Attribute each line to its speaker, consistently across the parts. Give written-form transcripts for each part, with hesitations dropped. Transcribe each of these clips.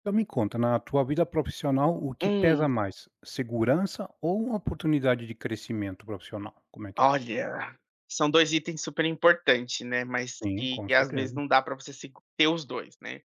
Speaker 1: Então me conta, na tua vida profissional, o que pesa
Speaker 2: Hum,
Speaker 1: mais, segurança ou uma oportunidade de crescimento profissional? Como é que é?
Speaker 2: Olha, são 2 itens super importantes, né, mas
Speaker 1: Sim,
Speaker 2: que
Speaker 1: com
Speaker 2: às vezes
Speaker 1: certeza.
Speaker 2: não dá para você se ter os 2, né.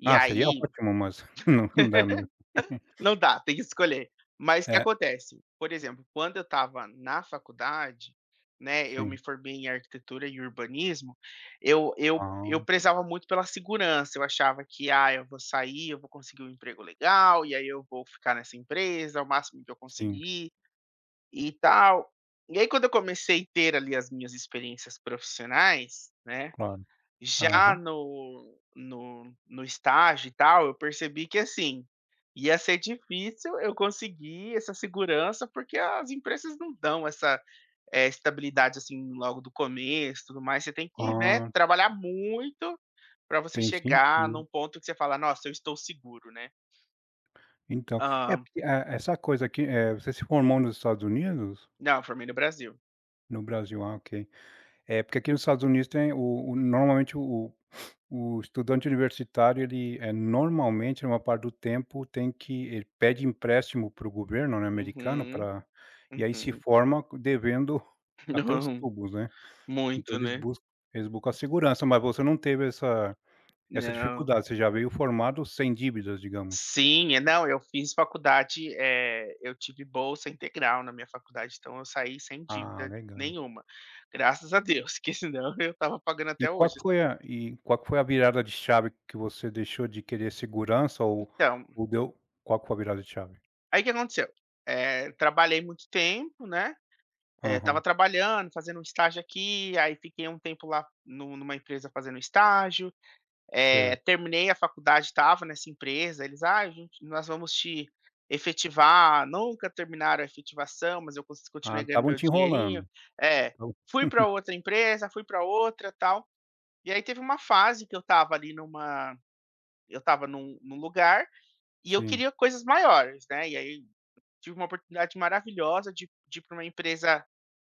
Speaker 2: E
Speaker 1: Ah, seria
Speaker 2: aí
Speaker 1: ótimo, mas não dá mesmo.
Speaker 2: não dá, tem que escolher. Mas o que
Speaker 1: É,
Speaker 2: acontece, por exemplo, quando eu estava na faculdade, né, eu me
Speaker 1: sim.
Speaker 2: formei em arquitetura e urbanismo, eu eu
Speaker 1: Ah,
Speaker 2: eu prezava muito pela segurança, eu achava que: "Ah, eu vou sair, eu vou conseguir um emprego legal, e aí eu vou ficar nessa empresa, o máximo que eu
Speaker 1: sim,
Speaker 2: conseguir". E tal. E aí quando eu comecei a ter ali as minhas experiências profissionais, né,
Speaker 1: claro.
Speaker 2: já
Speaker 1: Aham.
Speaker 2: no estágio e tal, eu percebi que, assim, ia ser difícil eu conseguir essa segurança, porque as empresas não dão essa, eh, estabilidade, assim, logo do começo, tudo mais. Você tem que, né,
Speaker 1: Ah,
Speaker 2: trabalhar muito para você
Speaker 1: tem
Speaker 2: chegar
Speaker 1: sentido.
Speaker 2: num ponto que você fala: "Nossa, eu estou seguro", né.
Speaker 1: Então, é
Speaker 2: Ah,
Speaker 1: porque, essa coisa aqui, você se formou nos Estados Unidos?
Speaker 2: não, eu formei no Brasil.
Speaker 1: No Brasil, ah, ok. É, porque aqui nos Estados Unidos tem o normalmente o estudante universitário, ele, é normalmente, a parte do tempo tem que ele pede empréstimo para o governo, né, americano,
Speaker 2: Uhum,
Speaker 1: pra e aí se
Speaker 2: uhum.
Speaker 1: forma devendo até os tubos, né. Então
Speaker 2: Muito,
Speaker 1: eles
Speaker 2: né.
Speaker 1: buscam eles buscam a segurança, mas você não teve essa
Speaker 2: Não.
Speaker 1: dificuldade, você já veio formado sem dívidas, digamos.
Speaker 2: Sim, é não, eu fiz faculdade, eh, eu tive bolsa integral na minha faculdade, então eu saí sem
Speaker 1: Ah,
Speaker 2: dívida
Speaker 1: legal.
Speaker 2: nenhuma, graças a Deus, porque senão eu estava pagando
Speaker 1: E
Speaker 2: até
Speaker 1: qual
Speaker 2: hoje.
Speaker 1: que foi a e qual que foi a virada de chave que você deixou de querer segurança
Speaker 2: Então,
Speaker 1: ou deu qual que foi a virada de chave?
Speaker 2: aí o que aconteceu? Eh, trabalhei muito tempo, né, eh, estava
Speaker 1: Aham,
Speaker 2: trabalhando, fazendo um estágio aqui, aí fiquei um tempo lá nu numa empresa fazendo estágio, é,
Speaker 1: certo.
Speaker 2: terminei a faculdade, estava nessa empresa, eles, ah, a gente, nós vamos te efetivar, nunca terminaram a efetivação, mas eu
Speaker 1: Ah,
Speaker 2: continuei ganhando
Speaker 1: estavam
Speaker 2: meu
Speaker 1: te
Speaker 2: dinheirinho.
Speaker 1: enrolando.
Speaker 2: É,
Speaker 1: Então,
Speaker 2: fui para outra empresa, fui para outra, tal. E aí teve uma fase que eu estava ali numa, eu estava num, num lugar e eu
Speaker 1: sim.
Speaker 2: queria coisas maiores, né? E aí tive uma oportunidade maravilhosa de ir para uma empresa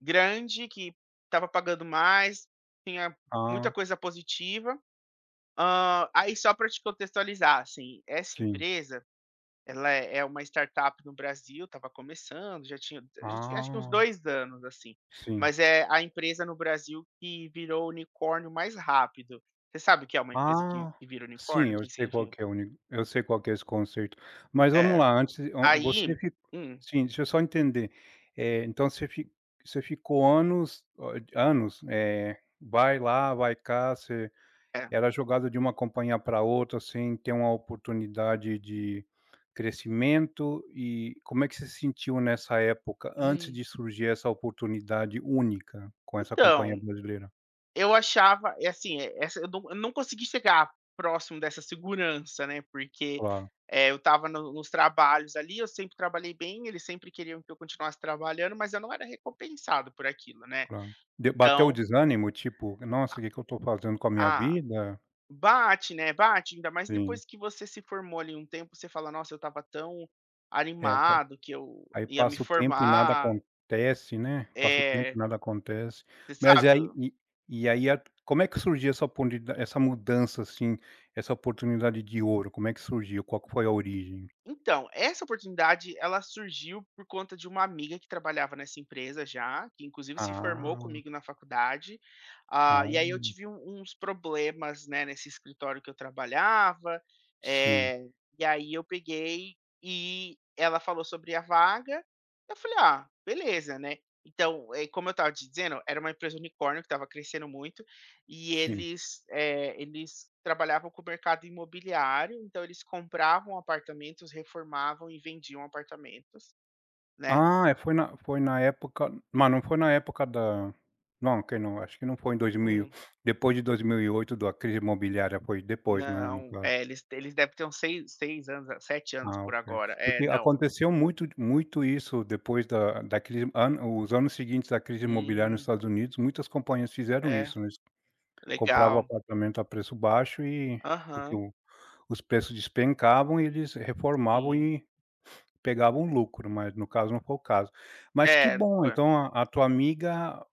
Speaker 2: grande que estava pagando mais, tinha muita
Speaker 1: Ah,
Speaker 2: coisa positiva. Hã, aí só para te contextualizar, assim, essa
Speaker 1: sim.
Speaker 2: empresa, ela é uma startup no Brasil, estava começando, já tinha acho que uns
Speaker 1: Ah,
Speaker 2: 2 anos, assim,
Speaker 1: sim.
Speaker 2: mas é a empresa no Brasil que virou unicórnio mais rápido. Você sabe o que é uma empresa que
Speaker 1: Ah,
Speaker 2: que vira
Speaker 1: sim,
Speaker 2: unicórnio? O que que significa?
Speaker 1: eu sei qual que é esse conceito. Mas vamos
Speaker 2: É.
Speaker 1: lá, antes, você
Speaker 2: Aí
Speaker 1: fi
Speaker 2: hum,
Speaker 1: sim, deixa eu só entender. Então você ficou anos, o anos, vai lá, vai cá, você
Speaker 2: é.
Speaker 1: era jogado de uma companhia para outra sem ter uma oportunidade de crescimento. E como é que você se sentiu nessa época, antes
Speaker 2: Hum.
Speaker 1: de surgir essa oportunidade única com essa companhia
Speaker 2: Então,
Speaker 1: brasileira?
Speaker 2: eu achava é assim, eh, essa eu não consegui chegar próximo dessa segurança, né, porque,
Speaker 1: Claro,
Speaker 2: eh, eu estava nos trabalhos ali, eu sempre trabalhei bem, eles sempre queriam que eu continuasse trabalhando, mas eu não era recompensado por aquilo, né.
Speaker 1: claro. De bateu o
Speaker 2: Então
Speaker 1: desânimo, tipo: "Nossa, o que que eu estou fazendo com a minha
Speaker 2: ah,
Speaker 1: vida?"
Speaker 2: bate, né, bate, ainda mais
Speaker 1: Sim,
Speaker 2: depois que você se formou ali um tempo, você fala: "Nossa, eu estava tão
Speaker 1: é, tá.
Speaker 2: animado que eu
Speaker 1: Aí
Speaker 2: ia me
Speaker 1: passa o tempo e nada
Speaker 2: formar",
Speaker 1: acontece, né, passa o tempo e
Speaker 2: eh,
Speaker 1: nada acontece.
Speaker 2: você
Speaker 1: Mas, e
Speaker 2: sabe?
Speaker 1: aí, e aí a como é que surgiu essa oportunida essa mudança, assim, essa oportunidade de ouro, como é que surgiu? Qual que foi a origem?
Speaker 2: Então, essa oportunidade ela surgiu por conta de uma amiga que trabalhava nessa empresa já, que inclusive se formou
Speaker 1: Ah,
Speaker 2: comigo na faculdade. Ah,
Speaker 1: ah,
Speaker 2: e aí eu tive uns problemas, né, nesse escritório que eu trabalhava.
Speaker 1: sim,
Speaker 2: Eh, e aí eu peguei e ela falou sobre a vaga. Eu falei, ah, beleza, né? Então, eh, como eu estava te dizendo, era uma empresa unicórnio que estava crescendo muito. E
Speaker 1: sim.
Speaker 2: eles, eh, eles trabalhavam com o mercado imobiliário, então eles compravam apartamentos, reformavam e vendiam apartamentos, né.
Speaker 1: Ah, é, foi na época, mas não foi na época da, não, que não, acho que não foi em 2000,
Speaker 2: Hum.
Speaker 1: depois de 2008, da crise imobiliária, foi depois, né, no
Speaker 2: Não,
Speaker 1: caso.
Speaker 2: é, eles devem ter uns seis anos, 7 anos
Speaker 1: Ah,
Speaker 2: por
Speaker 1: ok.
Speaker 2: agora. É,
Speaker 1: Porque
Speaker 2: não.
Speaker 1: aconteceu muito isso depois da crise, ano os anos seguintes da crise imobiliária nos
Speaker 2: Hum,
Speaker 1: Estados Unidos, muitas companhias fizeram
Speaker 2: é,
Speaker 1: isso, né? Eles compravam
Speaker 2: legal.
Speaker 1: apartamento a preço baixo, e porque
Speaker 2: Aham,
Speaker 1: o os preços despencavam e eles reformavam
Speaker 2: sim.
Speaker 1: e pegavam lucro, mas no caso não foi o caso. Mas que
Speaker 2: É,
Speaker 1: bom,
Speaker 2: foi.
Speaker 1: então a tua amiga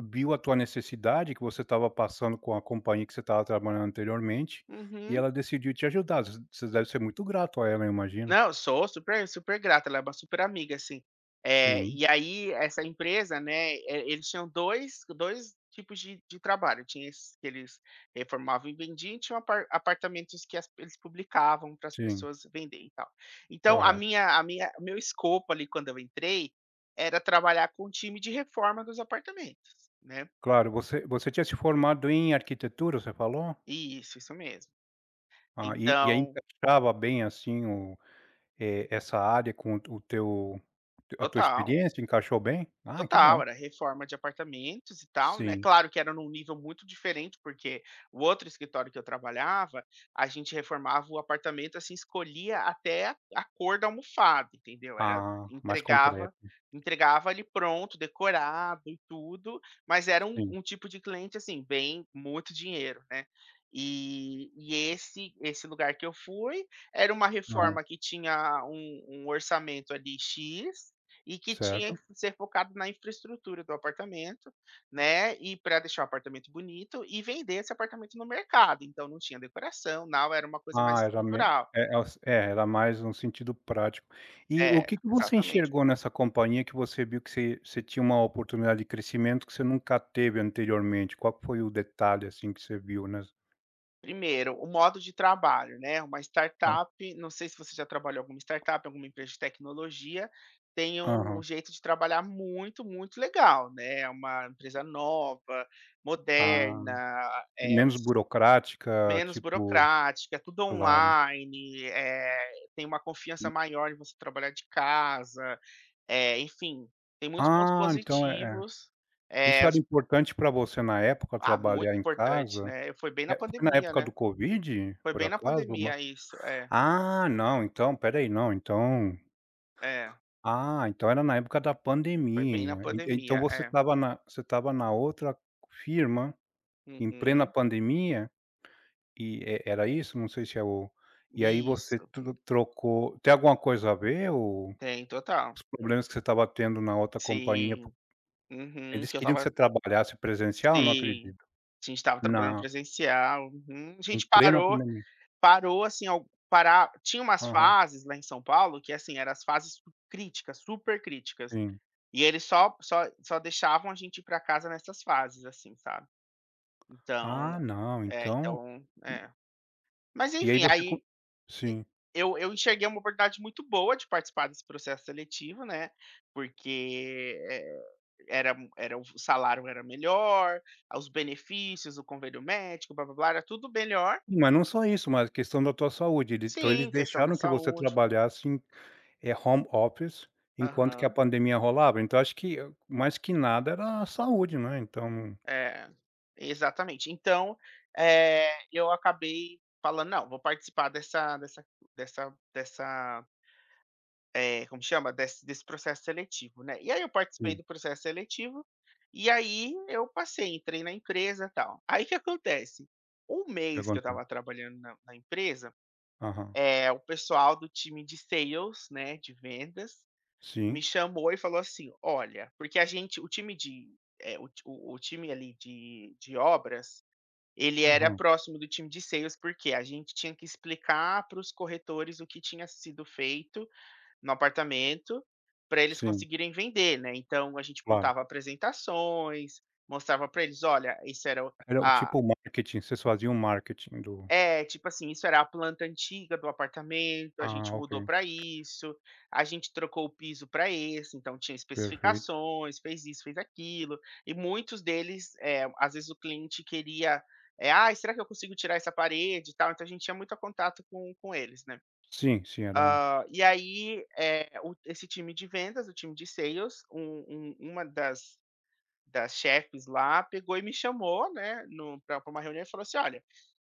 Speaker 1: viu a tua necessidade que você estava passando com a companhia que você estava trabalhando anteriormente, e
Speaker 2: Uhum.
Speaker 1: ela decidiu te ajudar. Vocês devem ser muito grato a ela, eu imagino.
Speaker 2: Não, sou super super grata, ela é uma super amiga, assim. Eh,
Speaker 1: Sim,
Speaker 2: e aí essa empresa, né, eh, eles tinham 2, 2 tipos de trabalho, tinha esses que eles reformavam e vendiam, e tinham apartamentos que as eles publicavam para as
Speaker 1: sim.
Speaker 2: pessoas venderem e tal. Então
Speaker 1: Correto.
Speaker 2: a minha o meu escopo ali quando eu entrei, era trabalhar com o time de reforma dos apartamentos, né.
Speaker 1: Claro, você tinha se formado em arquitetura, você falou?
Speaker 2: Isso mesmo.
Speaker 1: Ah, e aí
Speaker 2: Então
Speaker 1: encaixava bem, assim, essa área com o teu a tua
Speaker 2: total.
Speaker 1: experiência, encaixou bem? Ah, que
Speaker 2: Total,
Speaker 1: bom.
Speaker 2: era reforma de apartamentos e tal, né.
Speaker 1: Sim.
Speaker 2: Claro que era num nível muito diferente, porque o outro escritório que eu trabalhava, a gente reformava o apartamento, assim, escolhia até a cor da almofada, entendeu. Era
Speaker 1: Ah, mais
Speaker 2: entregava
Speaker 1: completo.
Speaker 2: entregava ali pronto, decorado e tudo, mas era um
Speaker 1: Sim.
Speaker 2: um tipo de cliente, assim, bem muito dinheiro, né. E e esse lugar que eu fui, era uma
Speaker 1: Aham.
Speaker 2: reforma que tinha um orçamento ali "X", e que tinha que
Speaker 1: Certo.
Speaker 2: ser focado na infraestrutura do apartamento, né, e para deixar o apartamento bonito e vender esse apartamento no mercado, então não tinha decoração, não era uma coisa mais
Speaker 1: Ah, era me é
Speaker 2: estrutural.
Speaker 1: é os é, era mais um sentido prático. E
Speaker 2: É,
Speaker 1: o que que você
Speaker 2: exatamente.
Speaker 1: enxergou nessa companhia que você viu que você tinha uma oportunidade de crescimento que você nunca teve anteriormente? Qual que foi o detalhe, assim, que você viu nes
Speaker 2: Primeiro, o modo de trabalho, né, uma
Speaker 1: a
Speaker 2: startup, não sei se você já trabalhou em alguma startup, alguma empresa de tecnologia, tem um
Speaker 1: aham.
Speaker 2: jeito de trabalhar muito, muito legal, né, é uma empresa nova,
Speaker 1: Ah,
Speaker 2: moderna, eh, os
Speaker 1: menos burocrática,
Speaker 2: menos
Speaker 1: tipo,
Speaker 2: burocrática, é tudo
Speaker 1: claro.
Speaker 2: online, eh, tem uma confiança
Speaker 1: Hum.
Speaker 2: maior em você trabalhar de casa, eh, enfim, tem muitos pontos
Speaker 1: Ah, então é.
Speaker 2: positivos, eh,
Speaker 1: Isso era
Speaker 2: as
Speaker 1: importante para você na época,
Speaker 2: ah,
Speaker 1: trabalhar
Speaker 2: muito
Speaker 1: em
Speaker 2: importante,
Speaker 1: casa?
Speaker 2: né, foi bem na
Speaker 1: É, foi na
Speaker 2: pandemia,
Speaker 1: época do
Speaker 2: né,
Speaker 1: Covid,
Speaker 2: foi
Speaker 1: por
Speaker 2: bem na
Speaker 1: acaso? Uma
Speaker 2: pandemia isso, é,
Speaker 1: ah, não, então, espera aí, não, então,
Speaker 2: é,
Speaker 1: era na época da
Speaker 2: foi bem na
Speaker 1: pandemia. En Então,
Speaker 2: pandemia,
Speaker 1: você
Speaker 2: é.
Speaker 1: estava na outra firma, em plena
Speaker 2: Uhum.
Speaker 1: pandemia, e era isso? Não sei se é o e aí você
Speaker 2: Isso,
Speaker 1: trocou tem alguma coisa a ver o
Speaker 2: tem, total.
Speaker 1: problemas que você estava tendo na outra companhia. Por
Speaker 2: Sim, uhum,
Speaker 1: eles
Speaker 2: que eu
Speaker 1: queriam que
Speaker 2: estava
Speaker 1: você trabalhasse presencial? Não
Speaker 2: sim,
Speaker 1: acredito.
Speaker 2: a gente estava trabalhando
Speaker 1: Na
Speaker 2: presencial, uhum, a
Speaker 1: Em
Speaker 2: gente
Speaker 1: plena
Speaker 2: parou.
Speaker 1: pandemia.
Speaker 2: Parou assim, al parar tinha umas
Speaker 1: Aham,
Speaker 2: fases lá em São Paulo que, assim, eram as fases críticas, super críticas,
Speaker 1: sim.
Speaker 2: e eles só deixavam a gente ir para casa nessas fases, assim, sabe.
Speaker 1: Ah,
Speaker 2: Então
Speaker 1: não,
Speaker 2: é,
Speaker 1: então,
Speaker 2: então é. Mas
Speaker 1: e aí
Speaker 2: enfim,
Speaker 1: você co
Speaker 2: aí
Speaker 1: sim.
Speaker 2: eu enxerguei uma oportunidade muito boa de participar desse processo seletivo, né, porque, eh, era o salário era melhor, os benefícios, o convênio médico, blá-blá-blá, era tudo melhor.
Speaker 1: Mas não só isso, mas a questão da tua saúde, ele então eles
Speaker 2: Sim, questão da
Speaker 1: deixaram que você
Speaker 2: saúde.
Speaker 1: trabalhasse em, home office, enquanto que a
Speaker 2: Aham.
Speaker 1: pandemia rolava, então acho que, mais que nada, era a saúde, né, então
Speaker 2: É, exatamente. Então, eh, eu acabei falando: "Não, vou participar dessa, eh, como chama? Desse processo seletivo", né. E aí eu participei
Speaker 1: sim,
Speaker 2: do processo seletivo, e aí eu passei, entrei na empresa, e tal. Aí o que acontece? Um
Speaker 1: o que
Speaker 2: mês que eu
Speaker 1: aconteceu?
Speaker 2: estava trabalhando na empresa,
Speaker 1: Aham.
Speaker 2: é o pessoal do time de sales, né, de vendas, me
Speaker 1: Sim,
Speaker 2: chamou e falou assim: "Olha", porque a gente o time de, eh, o ti o time ali de obras, ele era
Speaker 1: aham,
Speaker 2: próximo do time de sales, porque a gente tinha que explicar para os corretores o que tinha sido feito no apartamento, para eles
Speaker 1: sim,
Speaker 2: conseguirem vender, né. Então a gente
Speaker 1: claro.
Speaker 2: montava apresentações, mostrava para eles: "Olha, isso era o
Speaker 1: Era o
Speaker 2: a
Speaker 1: tipo marketing, vocês faziam marketing do,
Speaker 2: é, tipo assim, isso era a planta antiga do apartamento, a
Speaker 1: ah,
Speaker 2: gente
Speaker 1: ok,
Speaker 2: mudou para isso, a gente trocou o piso para esse, então tinha
Speaker 1: perfeito.
Speaker 2: especificações, fez isso, fez aquilo, e muitos deles, eh, às vezes o cliente queria, eh, Ai, será que eu consigo tirar essa parede e tal?", então a gente tinha muito contato com eles, né.
Speaker 1: Sim, sim, era.
Speaker 2: Ah, e aí, eh, o esse time de vendas, o time de sales, uma das chefes lá pegou e me chamou, né, no pra uma reunião e falou assim: "Olha,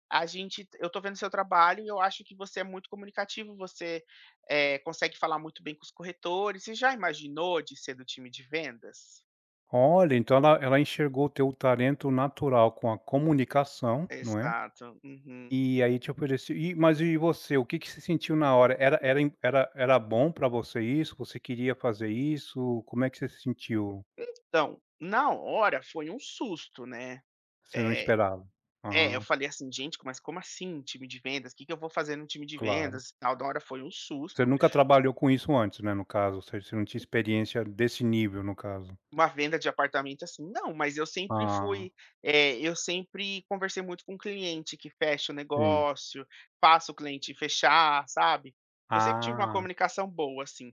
Speaker 2: a gente eu tô vendo seu trabalho e eu acho que você é muito comunicativo, você, eh, consegue falar muito bem com os corretores. Você já imaginou de ser do time de vendas?"
Speaker 1: Olha, então ela enxergou o teu talento natural com a comunicação, não é,
Speaker 2: Exato. Uhum.
Speaker 1: e aí te ofereceu e, mas e você, o que que você sentiu na hora? Era era im era era bom pra você isso? Você queria fazer isso? Como é que você se sentiu?
Speaker 2: Então, na hora foi um susto, né.
Speaker 1: Você não
Speaker 2: Eh,
Speaker 1: esperava?
Speaker 2: é, eu
Speaker 1: Ah,
Speaker 2: falei assim: "Gente, mas como assim time de vendas? O que que eu vou fazer no time de
Speaker 1: claro.
Speaker 2: vendas tal?" Na hora foi um susto.
Speaker 1: Você nunca trabalhou com isso antes, né, no caso, ou seja, você não tinha experiência desse nível, no caso.
Speaker 2: Uma venda de apartamento, assim, não, mas eu sempre
Speaker 1: Ah,
Speaker 2: fui, eh, eu sempre conversei muito com o cliente que fecha o
Speaker 1: sim.
Speaker 2: negócio, faço o cliente fechar, sabe. Eu sempre tive uma
Speaker 1: Ah.
Speaker 2: comunicação boa, assim,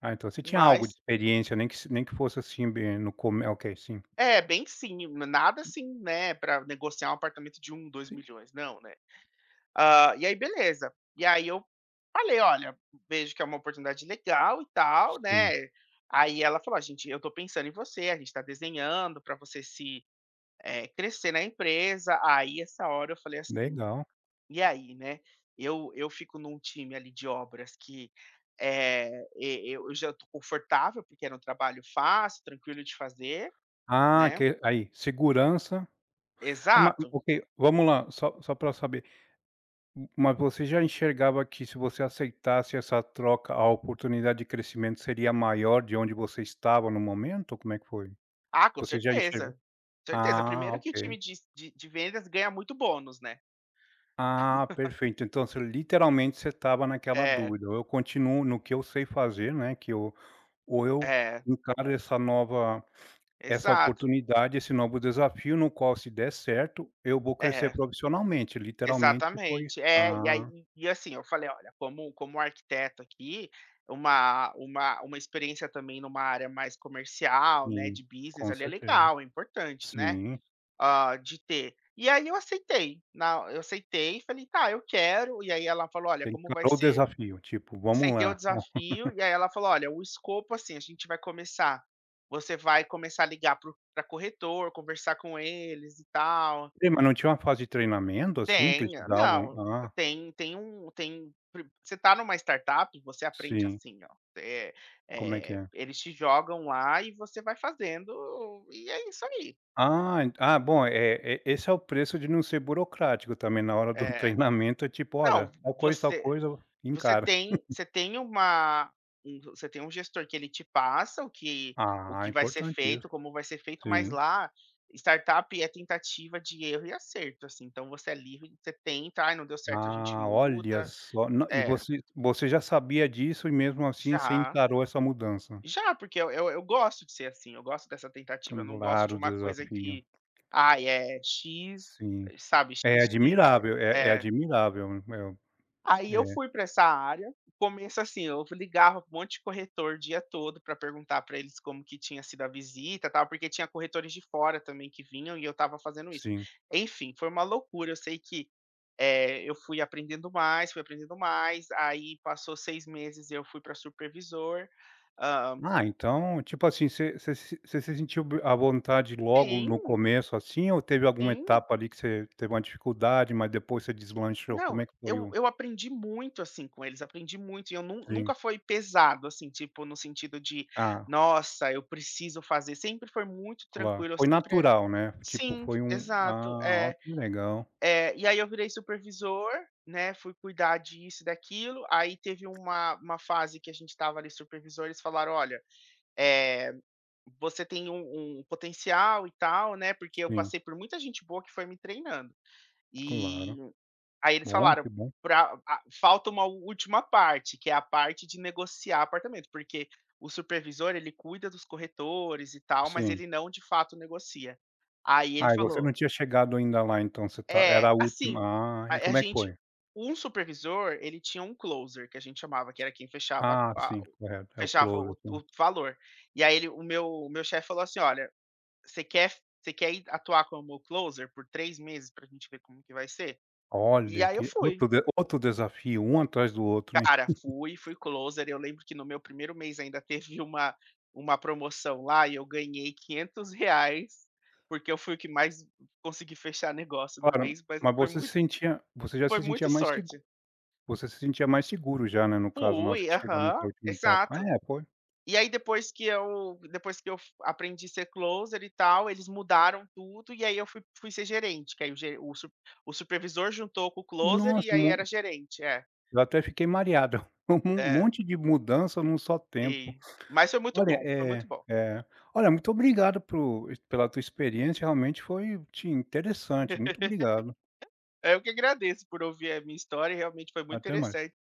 Speaker 1: Ah, então você tinha algo de
Speaker 2: mas
Speaker 1: experiência, nem que fosse, assim, bem no come ok, sim,
Speaker 2: é, bem sim, nada assim, né, para negociar um apartamento de um dois
Speaker 1: sim,
Speaker 2: milhões não, né. Ah, e aí beleza, e aí eu falei: "Olha, vejo que é uma oportunidade legal e tal,
Speaker 1: sim,
Speaker 2: né". Aí ela falou: "A gente eu tô pensando em você, a gente tá desenhando para você se, eh, crescer na empresa." Aí, essa hora eu falei assim:
Speaker 1: legal.
Speaker 2: "E aí, né, eu fico num time ali de obras que, eh, e eu já estou confortável, porque era um trabalho fácil, tranquilo de fazer,
Speaker 1: Ah,
Speaker 2: né".
Speaker 1: que aí, segurança, ah, ma
Speaker 2: Exato.
Speaker 1: ok, vamos lá, só para saber, mas você já enxergava que, se você aceitasse essa troca, a oportunidade de crescimento seria maior de onde você estava no momento? Como é que foi?
Speaker 2: Ah, com
Speaker 1: Você já enxergou?
Speaker 2: certeza, com certeza.
Speaker 1: Ah,
Speaker 2: Primeiro que o time
Speaker 1: ok.
Speaker 2: de vendas ganha muito bônus, né.
Speaker 1: Ah, perfeito, então você, literalmente, você estava naquela
Speaker 2: É,
Speaker 1: dúvida: eu continuo no que eu sei fazer, né, que eu ou eu
Speaker 2: é,
Speaker 1: encaro essa nova essa
Speaker 2: exato.
Speaker 1: oportunidade, esse novo desafio, no qual, se der certo, eu vou crescer
Speaker 2: É.
Speaker 1: profissionalmente, literalmente foi,
Speaker 2: Exatamente. É, e aí
Speaker 1: ah,
Speaker 2: e assim, eu falei: "Olha, como como arquiteto aqui, uma experiência também numa área mais comercial, né,
Speaker 1: sim,
Speaker 2: de business
Speaker 1: com
Speaker 2: ali é
Speaker 1: certeza.
Speaker 2: legal, é importante, né,
Speaker 1: Sim,
Speaker 2: hã, de ter". E aí eu aceitei, na eu aceitei e falei: "Tá, eu quero". E aí ela falou: "Olha,
Speaker 1: você
Speaker 2: como vai
Speaker 1: encarou o
Speaker 2: ser".
Speaker 1: desafio, tipo: "Vamos
Speaker 2: Aceitei o
Speaker 1: lá". Ó,
Speaker 2: desafio, e aí ela falou: "Olha, o escopo, assim, a gente vai começar você vai começar a ligar para para corretor, conversar com eles e tal,
Speaker 1: e, mas não tinha uma fase de treinamento, assim, que
Speaker 2: tem,
Speaker 1: eles te davam?
Speaker 2: não,
Speaker 1: Ah,
Speaker 2: tem tem um tem pri você tá numa startup, você aprende
Speaker 1: sim.
Speaker 2: assim, ó, é
Speaker 1: Como é que
Speaker 2: eh,
Speaker 1: é?
Speaker 2: eles te jogam lá e você vai fazendo e é isso aí."
Speaker 1: Ah, ent ah, bom, é, e esse é o preço de não ser burocrático também na hora do
Speaker 2: É.
Speaker 1: treinamento, é tipo:
Speaker 2: Não,
Speaker 1: "Olha, tal
Speaker 2: você
Speaker 1: coisa, encara".
Speaker 2: você tem uma um você tem um gestor que ele te passa o
Speaker 1: Ah,
Speaker 2: que vai ser
Speaker 1: importante
Speaker 2: feito,
Speaker 1: isso.
Speaker 2: como vai ser feito, mas
Speaker 1: Sim.
Speaker 2: lá, startup é tentativa de erro e acerto, assim, então você é livre, você tenta: "Ai, não deu certo, a gente
Speaker 1: Ah, olha
Speaker 2: muda".
Speaker 1: só. Não, e
Speaker 2: É,
Speaker 1: você já sabia disso e mesmo assim você
Speaker 2: já.
Speaker 1: encarou essa mudança.
Speaker 2: Já, porque eu gosto de ser assim, eu gosto dessa tentativa, eu não gosto de
Speaker 1: Claro, o
Speaker 2: uma coisa
Speaker 1: desafio.
Speaker 2: que, ai, é X,
Speaker 1: Sim.
Speaker 2: eh, sabe,
Speaker 1: É
Speaker 2: x x
Speaker 1: admirável, é
Speaker 2: é.
Speaker 1: admirável, eu
Speaker 2: Aí eu
Speaker 1: é,
Speaker 2: fui para essa área, começo assim, eu ligava pra um monte de corretor o dia todo para perguntar para eles como que tinha sido a visita, tal, porque tinha corretores de fora também que vinham e eu estava fazendo isso.
Speaker 1: sim.
Speaker 2: Enfim, foi uma loucura, eu sei que, eh, eu fui aprendendo mais, aí passou 6 meses, eu fui para supervisor, hã,
Speaker 1: Ah, então, tipo assim, você se sentiu b à vontade logo no
Speaker 2: sim,
Speaker 1: começo, assim, ou teve alguma
Speaker 2: sim.
Speaker 1: etapa ali que você teve uma dificuldade, mas depois você deslanchou?
Speaker 2: Não,
Speaker 1: Como é que foi?
Speaker 2: eu
Speaker 1: O
Speaker 2: eu aprendi muito, assim, com eles, aprendi muito e eu
Speaker 1: sim.
Speaker 2: nunca foi pesado, assim, tipo, no sentido de:
Speaker 1: Ah,
Speaker 2: "Nossa, eu preciso fazer", sempre foi muito
Speaker 1: claro.
Speaker 2: tranquilo, eu
Speaker 1: Foi
Speaker 2: sempre.
Speaker 1: natural, né, tipo,
Speaker 2: Sim,
Speaker 1: foi um,
Speaker 2: exato,
Speaker 1: ah, ó,
Speaker 2: é.
Speaker 1: que legal.
Speaker 2: É, e aí eu virei supervisor, né, fui cuidar disso e daquilo, aí teve uma fase que a gente estava ali supervisor, eles falaram: "Olha, eh, você tem um potencial e tal", né, porque eu
Speaker 1: Sim,
Speaker 2: passei por muita gente boa que foi me treinando. E
Speaker 1: claro.
Speaker 2: aí eles
Speaker 1: Bom, que
Speaker 2: falaram,
Speaker 1: bom.
Speaker 2: pra a falta uma última parte, que é a parte de negociar apartamento, porque o supervisor, ele cuida dos corretores e tal, mas
Speaker 1: Sim.
Speaker 2: ele não, de fato, negocia. Aí ele
Speaker 1: Ah, e você não
Speaker 2: falou
Speaker 1: tinha chegado ainda lá, então você, tá,
Speaker 2: é,
Speaker 1: era a
Speaker 2: assim,
Speaker 1: última, ah,
Speaker 2: a
Speaker 1: e
Speaker 2: a
Speaker 1: como é que
Speaker 2: gente
Speaker 1: foi?
Speaker 2: um supervisor, ele tinha um closer, que a gente chamava, que era quem fechava
Speaker 1: Ah, sim, correto, é o
Speaker 2: fechava
Speaker 1: closer,
Speaker 2: o
Speaker 1: sim.
Speaker 2: valor. E aí ele o meu chefe falou assim: "Olha, você quer você quer ir atuar como closer por 3 meses pra gente ver como que vai ser?" E
Speaker 1: Olha,
Speaker 2: aí eu
Speaker 1: que
Speaker 2: fui.
Speaker 1: outro, de outro desafio, um atrás do outro, hein.
Speaker 2: Cara, fui, fui closer, eu lembro que no meu primeiro mês ainda teve uma promoção lá e eu ganhei R$ 500 porque eu fui o que mais consegui fechar negócio no
Speaker 1: Claro,
Speaker 2: mês, mas
Speaker 1: mas
Speaker 2: foi muito
Speaker 1: você já
Speaker 2: foi
Speaker 1: se sentia
Speaker 2: muita
Speaker 1: mais segu
Speaker 2: sorte.
Speaker 1: você se sentia mais seguro já, né, no caso, na hora
Speaker 2: Fui,
Speaker 1: que chegou nessa
Speaker 2: aham,
Speaker 1: última etapa. Ah,
Speaker 2: exato.
Speaker 1: é, foi.
Speaker 2: E aí depois que eu f aprendi a ser closer e tal, eles mudaram tudo e aí eu fui ser gerente, que aí o ge o su o supervisor juntou com o closer
Speaker 1: Nossa,
Speaker 2: e aí era
Speaker 1: mu
Speaker 2: gerente, é,
Speaker 1: eu até fiquei mareado, um
Speaker 2: é,
Speaker 1: monte de mudança num só tempo.
Speaker 2: sim. Mas foi muito
Speaker 1: Olha,
Speaker 2: bom, foi muito
Speaker 1: é
Speaker 2: bom.
Speaker 1: é. Olha, muito obrigado por pela tua experiência, realmente foi, sim, interessante. Muito obrigado.
Speaker 2: É, eu que agradeço por ouvir a minha história, realmente foi muito
Speaker 1: Até mais.
Speaker 2: interessante.